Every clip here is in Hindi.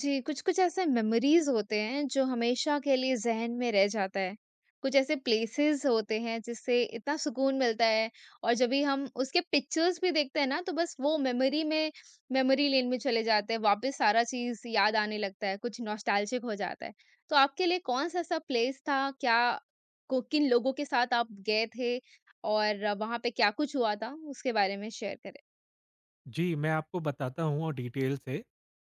जी, कुछ-कुछ ऐसे मेमोरीज़ होते हैं जो हमेशा के लिए ज़हन में रह जाता है। कुछ ऐसे प्लेसेस होते हैं जिससे इतना सुकून मिलता है और जब भी हम उसके पिक्चर्स भी देखते हैं ना तो बस वो मेमोरी लेन में चले जाते हैं, वापस सारा चीज़ याद आने लगता है, कुछ नॉस्टैल्जिक हो जाता है। तो आपके लिए कौन-सा ऐसा प्लेस था? क्या को किन लोगों के साथ आप गए थे और वहाँ पे क्या कुछ हुआ था? उसके बारे में शेयर करें। जी, मैं आपको बताता हूँ और डिटेल से।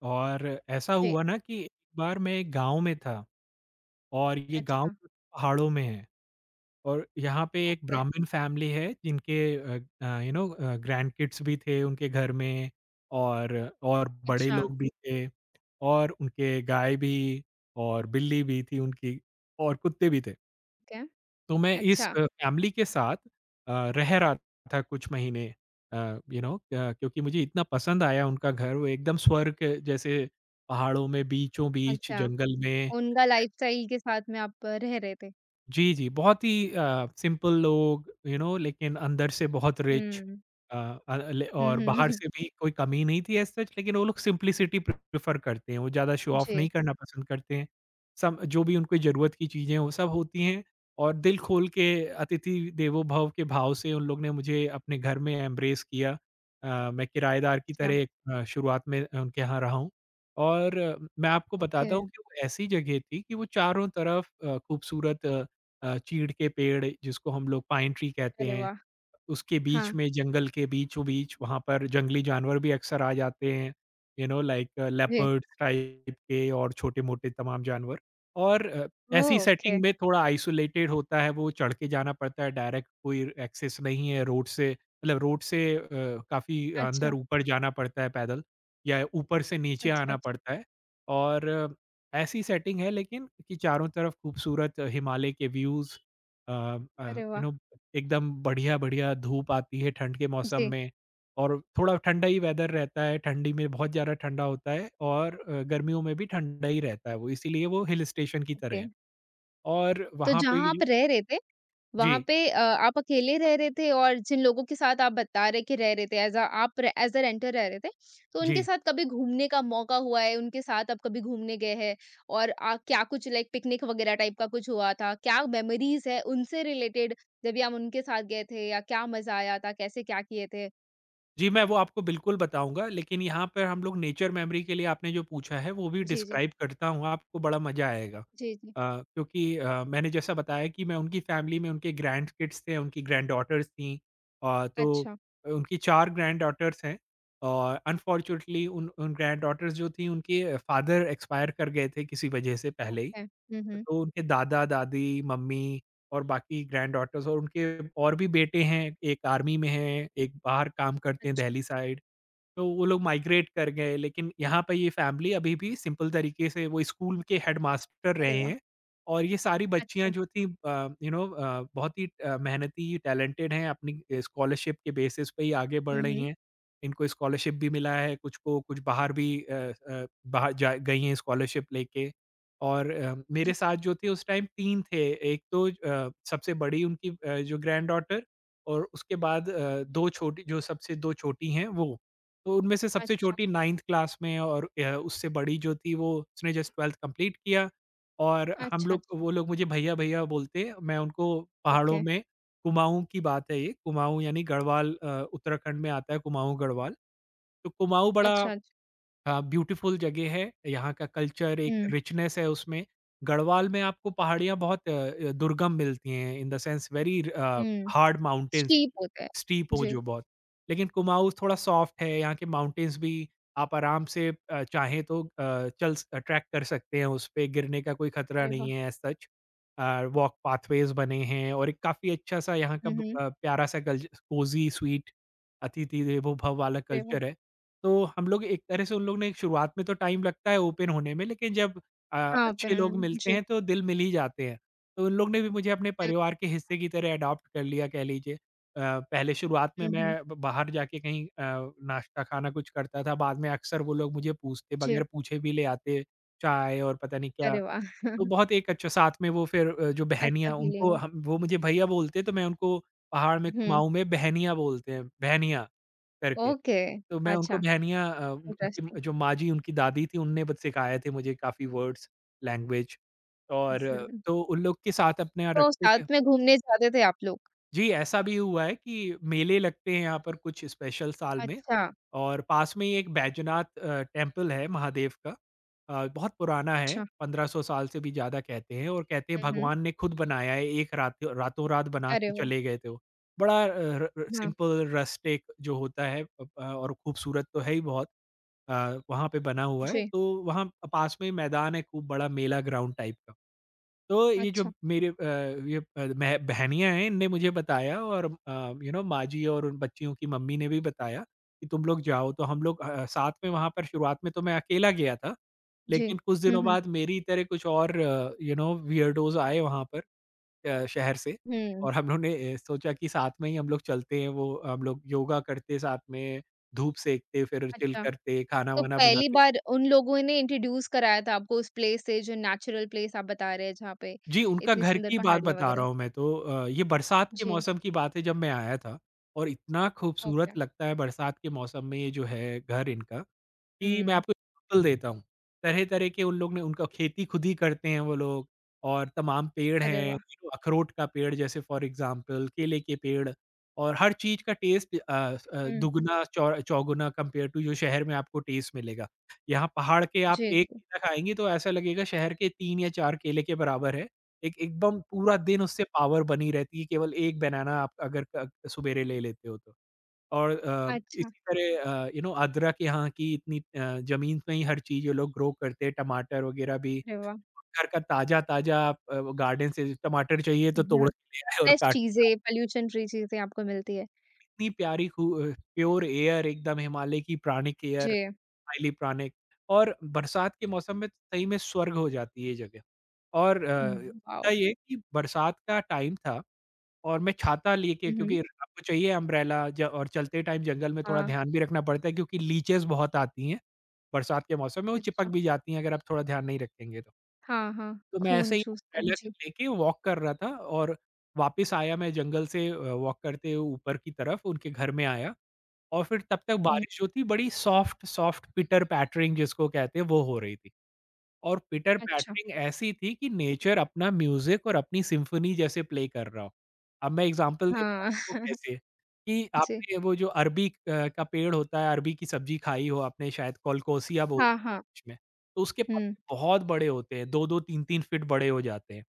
और ऐसा जी, हुआ ना कि एक बार मैं एक गाँव में था और ये गाँव अच्छा, पहाड़ों में है। और यहाँ पे एक ओके, ब्राह्मण फ़ैमिली है जिनके ग्रैंडकिड्स भी थे उनके घर में। और और बड़े अच्छा, लोग भी थे और उनके गाय भी और बिल्ली भी थी उनकी और कुत्ते भी थे। ओके, तो मैं इस अच्छा, फैमिली के साथ अ, रह रहा था कुछ महीने। क्योंकि मुझे इतना पसंद आया उनका घर वो एकदम स्वर्ग के जैसे पहाड़ों में बीचों बीच अच्छा। जंगल में। उनका लाइफ़स्टाइल के साथ में आप रह रहे थे। जी, जी, बहुत ही सिंपल लोग यू नो लेकिन अंदर से बहुत रिच। हुँ। अ अ, ले हुँ, और बाहर हुँ। से भी कोई कमी नहीं थी एज़ सच, लेकिन वो लोग सिंपलिसिटी प्रेफ़र करते हैं, वो ज़्यादा शो ऑफ जी, नहीं करना पसंद करते हैं। सब जो भी उनको ज़रूरत की चीज़ें हैं, वो सब होती हैं और दिल खोल के अतिथि देवो भव के भाव से उन लोग ने मुझे अपने घर में एम्ब्रेस किया। मैं किराएदार की अच्छा, तरह शुरुआत में उनके यहाँ रहा हूँ। और मैं आपको ओके, बताता हूँ कि वो ऐसी जगह थी कि वो चारों तरफ खूबसूरत चीड़ के पेड़ जिसको हम लोग पाइन ट्री कहते अरे हैं, वाह! उसके बीच हाँ, में जंगल के बीचों-बीच वहाँ पर जंगली जानवर भी अक्सर आ जाते हैं, यू नो लाइक जी, लेपर्ड्स टाइप के और छोटे-मोटे तमाम जानवर। और ओह, ऐसी ओके, सेटिंग में थोड़ा आइसोलेटेड होता है, वो चढ़ के जाना पड़ता है, डायरेक्ट कोई एक्सेस नहीं है रोड से। मतलब रोड से काफ़ी अंदर अच्छा, ऊपर जाना पड़ता है पैदल या ऊपर से नीचे अच्छा, आना अच्छा, पड़ता है। और ऐसी सेटिंग है लेकिन कि चारों तरफ खूबसूरत हिमालय के व्यूज़। अ अ, अरे यू वाह! नो एकदम बढ़िया-बढ़िया धूप आती है ठंड के मौसम जी, में और थोड़ा ठंडा ही वेदर रहता है, ठंडी में बहुत ज़्यादा ठंडा होता है और गर्मियों में भी ठंडा ही रहता है वो, इसीलिए वो हिल स्टेशन की तरह ओके, है। और तो वहाँ पे जहाँ ये जो आप रह रहे थे वहाँ जी, पे आप अकेले रह रहे थे और जिन लोगों के साथ आप बता रहे कि रह रहे थे एज़ अ आप एज़ अ रेंटर रह रहे थे, तो उनके जी। साथ कभी घूमने का मौका हुआ है? उनके साथ आप कभी घूमने गए हैं? और आ क्या कुछ लाइक पिकनिक वगैरह टाइप का कुछ हुआ था? क्या मेमोरीज़ है उनसे रिलेटेड जब भी आप उनके साथ गए थे या क्या मज़ा आया था? कैसे क्या किए थे? जी, मैं वो आपको बिल्कुल बताऊँगा, लेकिन यहाँ पर हम लोग नेचर मेमोरी के लिए आपने जो पूछा है, वो भी जी, जी। डिस्क्राइब करता हूँ, आपको बड़ा मज़ा आएगा। जी, जी। क्योंकि मैंने जैसा बताया कि मैं उनकी फैमिली में उनके ग्रैंडकिड्स थे, उनकी ग्रैंडडॉटर्स थीं। तो अच्छा, उनकी 4 ग्रैंडडॉटर्स हैं और अनफॉर्च्यूनेटली उन उन ग्रैंडडॉटर्स जो थीं, उनके फादर एक्सपायर कर गए थे किसी वजह से पहले ही। ओके। हुँ, हुँ। तो उनके दादा-दादी, मम्मी और बाकी ग्रैंड डॉटर्स और उनके और भी बेटे हैं, एक आर्मी में हैं, एक बाहर काम करते हैं अच्छा। दिल्ली साइड। तो वो लोग माइग्रेट कर गए, लेकिन यहाँ पे ये फैमिली अभी भी सिंपल तरीके से, वो स्कूल के हेडमास्टर अरे रहे वाह! हैं। और ये सारी बच्चियाँ अच्छा। जो थी यू नो बहुत ही मेहनती टैलेंटेड हैं, अपनी स्कॉलरशिप के बेसिस पे ही आगे बढ़ हुँ, रही हुँ। हैं। इनको स्कॉलरशिप भी मिला है, कुछ को कुछ बाहर भी बाहर जा गई हैं स्कॉलरशिप लेके। और मेरे जी। साथ जो थे उस टाइम तीन थे। एक तो सबसे बड़ी उनकी जो ग्रैंड डॉटर और उसके बाद दो छोटी, जो सबसे दो छोटी हैं वो। तो उनमें से सबसे अच्छा। छोटी 9th क्लास में और उससे बड़ी जो थी वो उसने जस्ट 12th कंप्लीट किया। और हम अच्छा, लोग, अच्छा। वो लोग मुझे भैया भैया बोलते हैं। मैं उनको पहाड़ों ओके। में, कुमाऊँ की बात है ये, कुमाऊँ यानी गढ़वाल उत्तराखंड में आता है कुमाऊँ गढ़वाल। तो कुमाऊँ बड़ा अच्छा, अच्छा। हाँ, ब्यूटीफुल जगह है, यहाँ का कल्चर एक हुँ, रिचनेस है उसमें। गढ़वाल में आपको पहाड़ियाँ बहुत दुर्गम मिलती हैं, in the sense very hmm. Hard mountains, steep होता है। स्टीप हो जी। जो बहुत। लेकिन कुमाऊँ थोड़ा सॉफ्ट है, यहाँ के माउंटेन्स भी आप आराम से चाहें तो अ, चल स ट्रैक कर सकते हैं उस पे, गिरने का कोई खतरा अरे नहीं वाह! है एज़ सच। वॉक पाथवेज़ बने हैं और एक काफ़ी अच्छा-सा यहाँ का हुँ, हुँ। प्यारा-सा कल्च कोज़ी स्वीट अतिथि देवो भव वाला अरे वाह! कल्चर है। तो हम लोग एक तरह से, उन लोग ने एक शुरुआत में तो टाइम लगता है ओपन होने में, लेकिन जब अ, हाँ, अच्छे बनाना लोग में, मिलते जी। हैं तो दिल मिल ही जाते हैं। तो उन लोग ने भी मुझे अपने अ, परिवार के हिस्से की तरह अडॉप्ट कर लिया कह लीजिए। पहले शुरुआत में हुँ, मैं हुँ। ब बाहर जाके कहीं नाश्ता खाना कुछ करता था, बाद में अक्सर वो लोग मुझे पूछते जी। बगैर पूछे भी ले आते, चाय और पता नहीं क्या। अरे वाह! तो बहुत एक अच्छा साथ में वो फिर जो अच्छा बहनियाँ, फीलिंग उनको है। हम, वो मुझे भैया बोलते हैं तो मैं उनको पहाड़ में, हुँ, कुमाऊँ में बहनियाँ बोलते हैं, बहनियाँ करके। ओके। तो मैं अच्छा, उनको बहनियाँ, इंटरेस्टिंग। उनकी जो माँ जी, उनकी दादी थी, उनने बत सिखाए थे मुझे काफ़ी वर्ड्स, लैंग्वेज। और तो उन लोग के साथ अपने यहाँ तो रखते थे। साथ में घूमने जाते थे आप लोग? जी, ऐसा भी हुआ है कि मेले लगते हैं यहाँ पर कुछ स्पेशल साल में। अच्छा, और पास में ही एक बैजनाथ टेम्पल है महादेव का। बहुत पुराना है, अच्छा। 1500 साल से भी ज़्यादा कहते हैं, और कहते हैं हुँ, हुँ। भगवान ने खुद बनाया है, एक रात रातों-रात बना के अरे वाह! चले गए थे वो। बड़ा अ, र र हाँ, सिंपल रस्टिक जो होता है, अ, प और खूबसूरत तो है ही बहुत। वहाँ पे बना हुआ है, जी। तो वहाँ पास में ही मैदान है, खूब बड़ा मेला ग्राउंड टाइप का। तो ये जो अच्छा, मेरे अ, ये अ, मेह बहनियाँ हैं, इनने मुझे बताया और यू नो माँजी और उन बच्चियों की मम्मी ने भी बताया कि तुम लोग जाओ, तो हम लोग साथ में वहाँ पर, शुरुआत में तो मैं अकेला गया था। जी। लेकिन कुछ हुँ, दिनों हुँ। बाद मेरी तरह कुछ और यू नो वियर्डोज़ आए वहाँ पर। शहर से। हुँ, और हम लोग ने सोचा कि साथ में ही हम लोग चलते हैं, वो हम लोग योगा करते साथ में, धूप सेकते, फिर चिल अच्छा। करते, तो खाना-वाना पहली बनाते। बार उन लोगों ने इंट्रोड्यूस कराया था आपको उस प्लेस से जो नेचुरल प्लेस आप बता रहे हैं जहाँ पे जी, उनका इतनी घर सुंदर की बात पहाड़ियाँ बता वगैरह। रहा हूँ मैं तो। ये बरसात के जी, मौसम की बात है जब मैं आया था, और इतना ओके। खूबसूरत लगता है बरसात के मौसम में ये जो है घर इनका, कि मैं हुँ। आपको एग्ज़ाम्पल देता हूँ। तरह-तरह के उन लोग ने, उनका खेती खुद ही करते हैं वो लोग, और तमाम पेड़ अरे हैं, यू वाह! नो अखरोट का पेड़ जैसे फॉर एग्ज़ाम्पल, केले के पेड़। और हर चीज़ का टेस्ट हुँ। दुगुना चौ चौगुना कंपेयर टू जो शहर में आपको टेस्ट मिलेगा। यहाँ पहाड़ के आप जी, 1 जी। केला खाएँगे तो ऐसा लगेगा शहर के 3 या 4 केले के बराबर है। एक एकदम पूरा दिन उससे पावर बनी रहती है, केवल 1 बनाना आप अगर क सुबेरे ले लेते हो तो। और अच्छा, इसी तरह यू नो अदरक यहाँ की इतनी ज़मीन में ही हर चीज़ ये लोग ग्रो करते हैं, टमाटर वगैरह भी। अरे वाह! घर का ताज़ा-ताज़ा आप वो गार्डन से टमाटर चाहिए तो तोड़ हाँ, के ले आए और फ्रेश काट। चीज़ें, पॉल्यूशन फ्री चीज़ें आपको मिलती है। इतनी प्यारी प्योर एयर, एकदम हिमालय की प्राणिक एयर, जी। हाइली प्राणिक, और बरसात के मौसम में सही में स्वर्ग हो जाती है ये जगह। और वाओ! होता ये है कि बरसात का टाइम था और मैं छाता लेके, हुँ, हुँ। क्योंकि आपको चाहिए अम्ब्रेला, ज और चलते टाइम जंगल में थोड़ा हाँ, ध्यान भी रखना पड़ता है क्योंकि लीचेस बहुत आती हैं, बरसात के मौसम में वो चिपक अच्छा। भी जाती हैं अगर आप थोड़ा ध्यान नहीं रखेंगे तो। हाँ, हाँ, तो मैं खून ऐसे ही चूसते हैं, अम्ब्रेला जी। लेके वॉक कर रहा था, और वापस आया मैं जंगल से वॉक करते हुए ऊपर की तरफ उनके घर में आया। और फिर तब तक हुँ, बारिश जो थी, बड़ी सॉफ्ट सॉफ्ट पिटर पैटरिंग जिसको कहते हैं, वो हो रही थी। और पीटर अच्छा। पैटरिंग ऐसी थी कि नेचर अपना म्यूज़िक और अपनी सिम्फनी जैसे प्ले कर रहा हो। अब मैं एग्ज़ाम्पल देता हूँ हाँ, आपको कैसे, कि जी। आपने वो जो अरबी का पेड़ होता है, अरबी की सब्ज़ी खाई हो आपने, शायद कोलकोसिया बोलते हाँ, हैं हाँ, इंग्लिश में, तो उसके हुँ। पत्ते बहुत बड़े होते हैं, 2-2 3-3 फीट बड़े हो जाते हैं।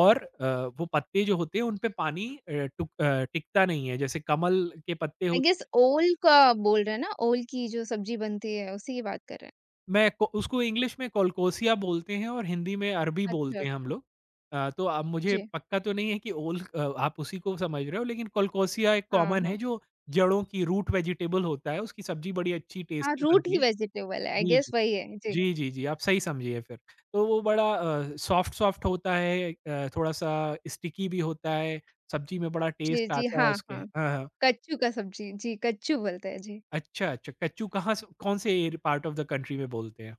और वो पत्ते जो होते हैं उन पे पानी टिकता नहीं है। जैसे कमल के पत्ते आई हो गेस ओल का बोल रहे हैं ना? ओल की जो सब्ज़ी बनती है, उसी की बात कर रहे हैं। मैं को उसको इंग्लिश में कोलकोसिया बोलते हैं और हिंदी में अरबी अच्छा, बोलते हैं हम अच्छा। लोग। तो अब मुझे जी। पक्का तो नहीं है कि ओल आप उसी को समझ रहे हो, लेकिन कोलकोसिया एक हाँ, कॉमन है हाँ। जो जड़ों की रूट वेजिटेबल होता है, उसकी सब्ज़ी बड़ी अच्छी हाँ, टेस्टी रूट बनती ही है। वेजिटेबल है, आई जी, गेस जी। वही है। जी। जी, जी, जी, आप सही समझिए फिर। तो वो बड़ा सॉफ्ट-सॉफ्ट होता है, थोड़ा-सा स्टिकी भी होता है, सब्ज़ी में बड़ा जी, टेस्ट जी, आता है हाँ, उसके। हाँ। हाँ, हाँ। हाँ। कच्चू का सब्ज़ी, जी, कच्चू बोलते हैं, जी। अच्छा, अच्छा, कच्चू कहाँ से, कौन से एरि पार्ट ऑफ द कंट्री में बोलते हैं?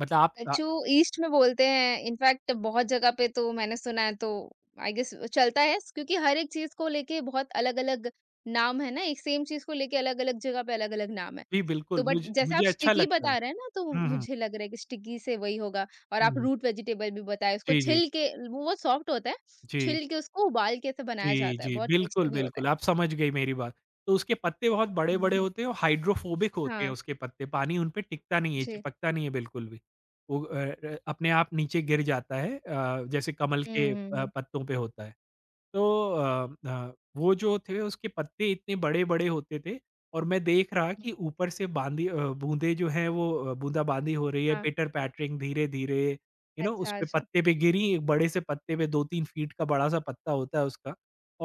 मतलब आप। जो ईस्ट में बोलते हैं इनफैक्ट बहुत जगह पे तो मैंने सुना है तो आई गेस चलता है क्योंकि हर एक चीज को लेके बहुत अलग-अलग नाम है ना एक सेम चीज को लेके अलग-अलग जगह पे अलग-अलग नाम है जी, बिल्कुल, तो बट मुझ जैसे मुझे आप अच्छा स्टिकी लगता है। बता रहे हैं ना तो हुँ, हुँ, मुझे लग रहा है कि स्टिकी से वही होगा और आप हुँ। रूट वेजिटेबल भी बताए उसको जी, जी। छिल के वो बहुत सॉफ्ट होता है जी, छिल के उसको उबाल के ऐसे बनाया जी, जाता है जी, बहुत बिल्कुल, टेस्टी भी होता बिल्कुल, है। आप समझ गई मेरी बात। तो उसके पत्ते बहुत बड़े-बड़े होते हैं और हाइड्रोफोबिक होते हैं हाँ। उसके पत्ते, पानी उन पे टिकता नहीं है, जी। चिपकता नहीं है बिल्कुल भी। वो अपने आप नीचे गिर जाता है, जैसे कमल के हम्म हम्म हम्म, पत्तों पे होता है। तो वो जो थे उसके पत्ते इतने बड़े-बड़े होते थे और मैं देख रहा हम्म। कि ऊपर से बाँदी बूँदें जो हैं वो, बूँदा-बाँदी हो रही है, हाँ, पिटर-पैटरिंग धीरे-धीरे, यू नो अच्छा, उसपे अच्छा, पत्ते पे गिरी, एक बड़े से पत्ते पे 2-3 फीट का बड़ा-सा पत्ता होता है उसका,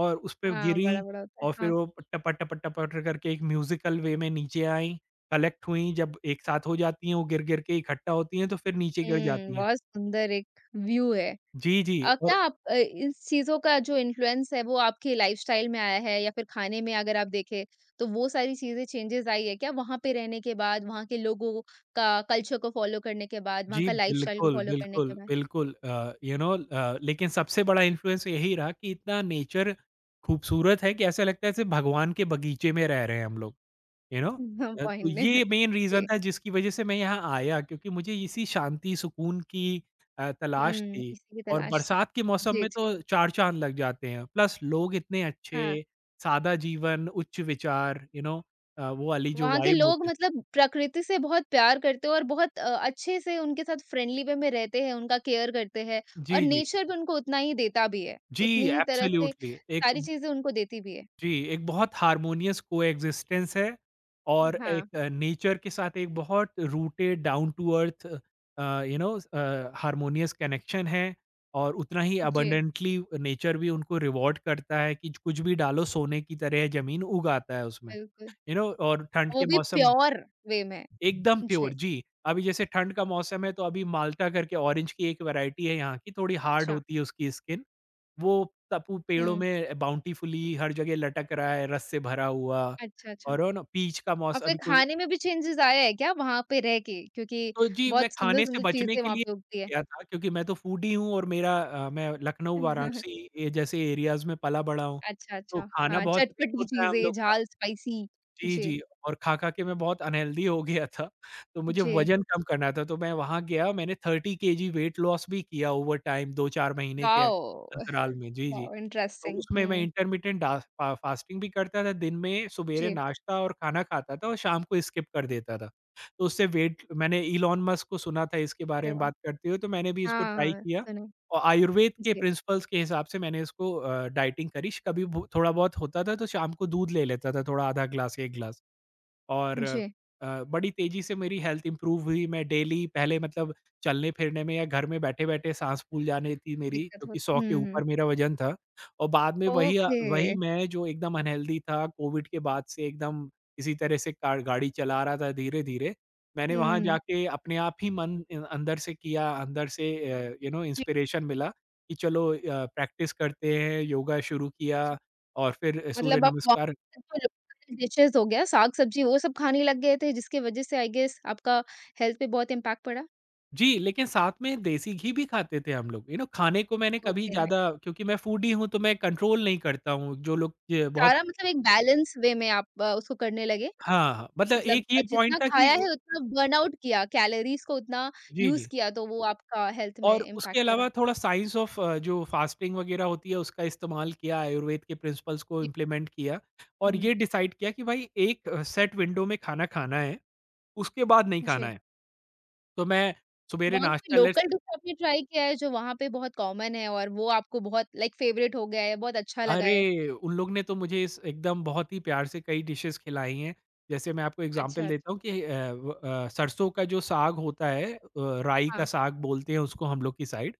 और उसपे हाँ, गिरी बड़ा बड़ा होता है, और फिर हाँ। वो टपा, टपा, टपा करके एक म्यूज़िकल वे में नीचे आईं, कलेक्ट हुईं, जब एक साथ हो जाती हैं वो गिर-गिर के इकट्ठा होती हैं तो फिर नीचे गिर हुँ, जाती हैं। बहुत सुंदर एक व्यू है। जी, जी। क्या और आप इस चीज़ों का जो इन्फ्लुएंस है वो आपकी लाइफ़स्टाइल में आया है या फिर खाने में अगर आप देखें, तो वो सारी चीज़ें चेंजेज़ आई है क्या वहाँ पे रहने के बाद, वहाँ के लोगों का कल्चर को फ़ॉलो करने के बाद, वहाँ जी, का लाइफ़स्टाइल को बिल्कुल, फ़ॉलो करने के बिल्कुल, बाद? बिल्कुल, यू नो, लेकिन सबसे बड़ा इन्फ्लुएंस यही रहा कि इतना नेचर खूबसूरत है कि ऐसा लगता है जैसे भगवान के बगीचे में रह रहे हैं हम लोग, यू नो। तो पॉइंट ने ये मेन रीज़न जी। था जिसकी वजह से मैं यहाँ आया, क्योंकि मुझे इसी शांति, सुकून की तलाश हुँ, थी। इसी की और तलाश थी। बरसात के मौसम जी, में तो जी। चार चाँद लग जाते हैं। प्लस लोग इतने हाँ। अच्छे, सादा जीवन, उच्च विचार, यू नो, वो वाली जो वहाँ के वाइब लोग होती है। मतलब प्रकृति से बहुत प्यार करते हैं और बहुत अच्छे से उनके साथ फ्रेंडली वे में रहते हैं, उनका केयर करते हैं और जी, जी। नेचर भी उनको उतना ही देता भी है, जी, उतनी ही तरह से एब्सोल्युटली एक, सारी चीज़ें उनको देती भी है। जी, एक बहुत हार्मोनियस कोएग्जिस्टेंस है और हाँ, एक नेचर के साथ एक बहुत rooted down to earth, you know, harmonious connection है और उतना ही जी, अबंडेंटली नेचर भी उनको रिवॉर्ड करता है कि कुछ भी डालो सोने की तरह ज़मीन उगाता है उसमें, बिल्कुल। You know. और ठंड वो के भी मौसम प्योर वे में। एकदम प्योर, जी, जी। अभी जैसे ठंड का मौसम है तो अभी माल्टा करके ऑरेंज की एक वैराइटी है यहाँ की, थोड़ी हार्ड अच्छा। होती है उसकी स्किन। वो तपू पेड़ों हुँ, में बाउंटीफुली हर जगह लटक रहा है, रस से भरा हुआ। अच्छा, अच्छा। और वो ना पीच का और मौसम फिर अभी कुछ, खाने में भी चेंजेज़ आया है क्या वहाँ पे रह के? क्योंकि तो जी, मैं बहुत खाने से सुंदर-सुंदर बचने चीज़ें के वहाँ लिए पे उगती है। गया था क्योंकि मैं तो फूडी हूँ और मेरा, मैं लखनऊ, वाराणसी ये जैसे एरियाज़ में पला-बड़ा हूँ, अच्छा, तो अच्छा। खाना हाँ, बहुत रिच चटपटी होता है हम चीज़ें, लोग का। झाल, स्पाइसी। जी, जी, जी। और खा-खा के मैं बहुत अनहेल्दी हो गया था, तो मुझे जी। वज़न कम करना था, तो मैं वहाँ गया, मैंने 30 केजी वेट लॉस भी किया ओवर टाइम 2-4 महीने के वाओ! अंतराल में। जी, जी। वाओ! तो इंटरेस्टिंग, उसमें मैं हुँ, इंटरमिटेंट डा फा फास्टिंग भी करता था, दिन में सवेरे जी, नाश्ता और खाना खाता था और शाम को स्किप कर देता था। तो उससे वेट, मैंने इलॉन मस्क को सुना था इसके बारे अरे में वाह! बात करते हुए, तो मैंने भी इसको हाँ, ट्राई हाँ, किया। सुने। और आयुर्वेद के जी, प्रिंसिपल्स के हिसाब से मैंने इसको, डाइटिंग करी। कभी भू थोड़ा बहुत होता था तो शाम को दूध ले लेता था थोड़ा, आधा ग्लास, 1 ग्लास। और जी, बड़ी तेज़ी से मेरी हेल्थ इम्प्रूव हुई। मैं डेली पहले, मतलब चलने-फिरने में या घर में बैठे-बैठे साँस फूल जाने थी मेरी, दिक्कत क्योंकि होती, 100 के हुँ, हुँ, ऊपर मेरा वज़न था। और बाद में वही, ओके, वही मैं जो एकदम अनहेल्दी था, कोविड के बाद से एकदम इसी तरह से कार गाड़ी चला रहा था धीरे-धीरे। मैंने वहाँ हुँ, जाके अपने आप ही मन, अंदर से किया, अंदर से, यू नो जी, इंस्पिरेशन मिला कि चलो, प्रैक्टिस करते हैं, योगा शुरू जी, किया और फिर सूर्य मतलब आप वहाँ नमस्कार। पे तो लोकल डिशेज़ हो गया, साग-सब्ज़ी वो सब खाने लग गए थे, जिसकी वजह से आई गेस आपका हेल्थ पे बहुत इम्पैक्ट पड़ा? जी, लेकिन साथ में देसी घी भी खाते थे हम लोग, यू नो, खाने को मैंने कभी ओके, ज़्यादा, नाइस, क्योंकि मैं फूडी हूँ तो मैं कंट्रोल नहीं करता हूँ, जो लोग य बहुत। सारा मतलब एक बैलेंस वे में आप उसको करने लगे, हाँ, हाँ, मतलब मतलब एक ये जितना पॉइंट था कि खाया ए है उतना बर्नआउट किया, कैलोरीज़ को उतना जी, यूज़ जी। किया, तो वो आपका हेल्थ में और उसके इम्पैक्ट करा। अलावा थोड़ा साइंस ऑफ, जो फास्टिंग वगैरह होती है उसका इस्तेमाल किया, आयुर्वेद के प्रिंसिपल्स को जी, इम्प्लीमेंट किया और हुँ, ये डिसाइड किया कि भाई एक, सेट विंडो में खाना खाना है, उसके बाद नहीं खाना जी। है। तो मैं सुबेरे वहाँ कोई नाश्ता लेट्स। लोकल डिश आपने ट्राई किया है जो वहाँ पे बहुत कॉमन है और वो आपको बहुत लाइक फेवरेट हो गया है, बहुत अच्छा लगा है? अरे! उन लोग ने तो मुझे इस एकदम बहुत ही प्यार से कई डिशेज़ खिलाई हैं। जैसे मैं आपको अच्छा, एग्ज़ाम्पल अच्छा। देता हूँ कि सरसों का जो साग होता है, राई हाँ, का साग बोलते हैं उसको हम लोग की साइड,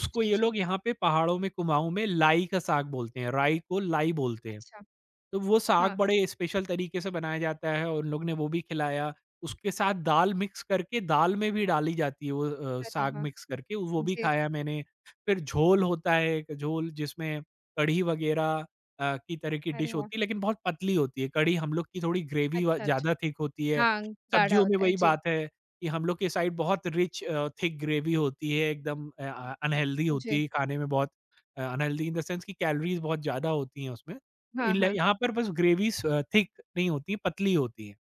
उसको जी, ये जी। लोग यहाँ पे पहाड़ों में, कुमाऊँ में लाई का साग बोलते हैं, राई को लाई बोलते हैं। अच्छा, तो वो साग हाँ। बड़े स्पेशल तरीके से बनाया जाता है और उन लोग ने वो भी खिलाया। उसके साथ दाल मिक्स करके दाल में भी डाली जाती है वो, अरे साग वाह! मिक्स करके वो भी जी, खाया मैंने। फिर झोल होता है, एक झोल जिसमें कढ़ी वग़ैरह की तरह की अरे डिश वाह! होती है, लेकिन बहुत पतली होती है। कढ़ी हम लोग की थोड़ी ग्रेवी व अच्छा, ज़्यादा अच्छा। थिक होती है। हाँ, गाढ़ा सब्जियों में होता है। वही जी, बात है कि हम लोग के साइड बहुत रिच, थिक ग्रेवी होती है, एकदम अनहेल्दी होती जी। है खाने में बहुत, अनहेल्दी इन द सेंस कि कैलोरीज़ बहुत ज़्यादा होती हैं उसमें। हाँ, इन ल हाँ। यहाँ पर बस ग्रेवीज़ थिक नहीं होती है, पतली होती है।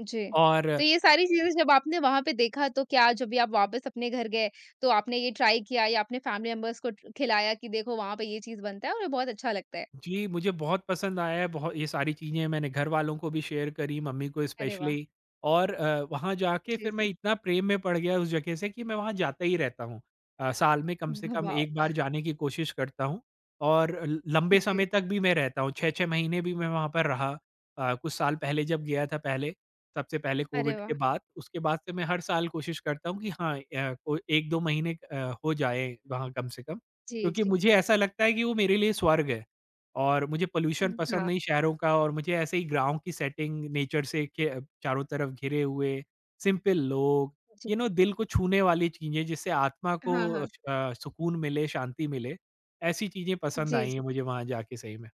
जी। और तो ये सारी चीज़ें जब आपने वहाँ पे देखा तो क्या जब भी आप वापस अपने घर गए, तो आपने ये ट्राई किया या अपने फैमिली मेंबर्स को ट खिलाया कि देखो वहाँ पे ये चीज़ बनता है और ये बहुत अच्छा लगता है? जी, मुझे बहुत पसंद आया है, बहु ये सारी चीज़ें मैंने घर वालों को भी शेयर करी, मम्मी को अरे वाह! स्पेशली। और वहाँ जाके जी, फिर मैं जी। इतना प्रेम में पड़ गया उस जगह से कि मैं वहाँ जाता ही रहता हूँ। साल में कम से कम वाओ! 1 बार जाने की कोशिश करता हूँ और ल लंबे समय जी। तक भी मैं रहता हूँ, 6-6 महीने भी मैं वहाँ पर रहा। कुछ साल पहले जब गया था पहले, सबसे पहले अरे कोविड के वाह! बाद, उसके बाद से मैं हर साल कोशिश करता हूँ कि हाँ, अ, को 1-2 महीने हो जाएँ वहाँ कम से कम, जी, क्योंकि जी। मुझे ऐसा लगता है कि वो मेरे लिए स्वर्ग है। और मुझे पॉल्यूशन हुँ, पसंद हाँ। नहीं शहरों का, और मुझे ऐसे ही गाँव की सेटिंग, नेचर से घे चारों तरफ घिरे हुए, सिंपल लोग, जी। यू नो दिल को छूने वाली चीज़ें जिससे आत्मा को, हाँ, हाँ। सुकून मिले, शांति मिले, ऐसी चीज़ें पसंद जी, आई हैं जी। मुझे वहाँ जाके सही में।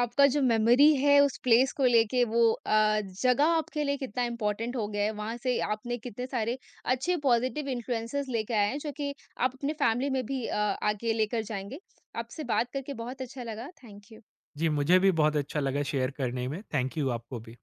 आपका जो मेमोरी है उस प्लेस को लेके वो जगह आपके लिए कितना इम्पोर्टेंट हो गया है, वहाँ से आपने कितने सारे अच्छे पॉज़िटिव इन्फ्लुएंसेस लेके आए हैं, जो कि आप अपने फैमिली में भी आगे लेकर जाएँगे। आपसे बात करके बहुत अच्छा लगा। Thank you. जी, मुझे भी बहुत अच्छा लगा शेयर करने में। थैंक यू आपको भी।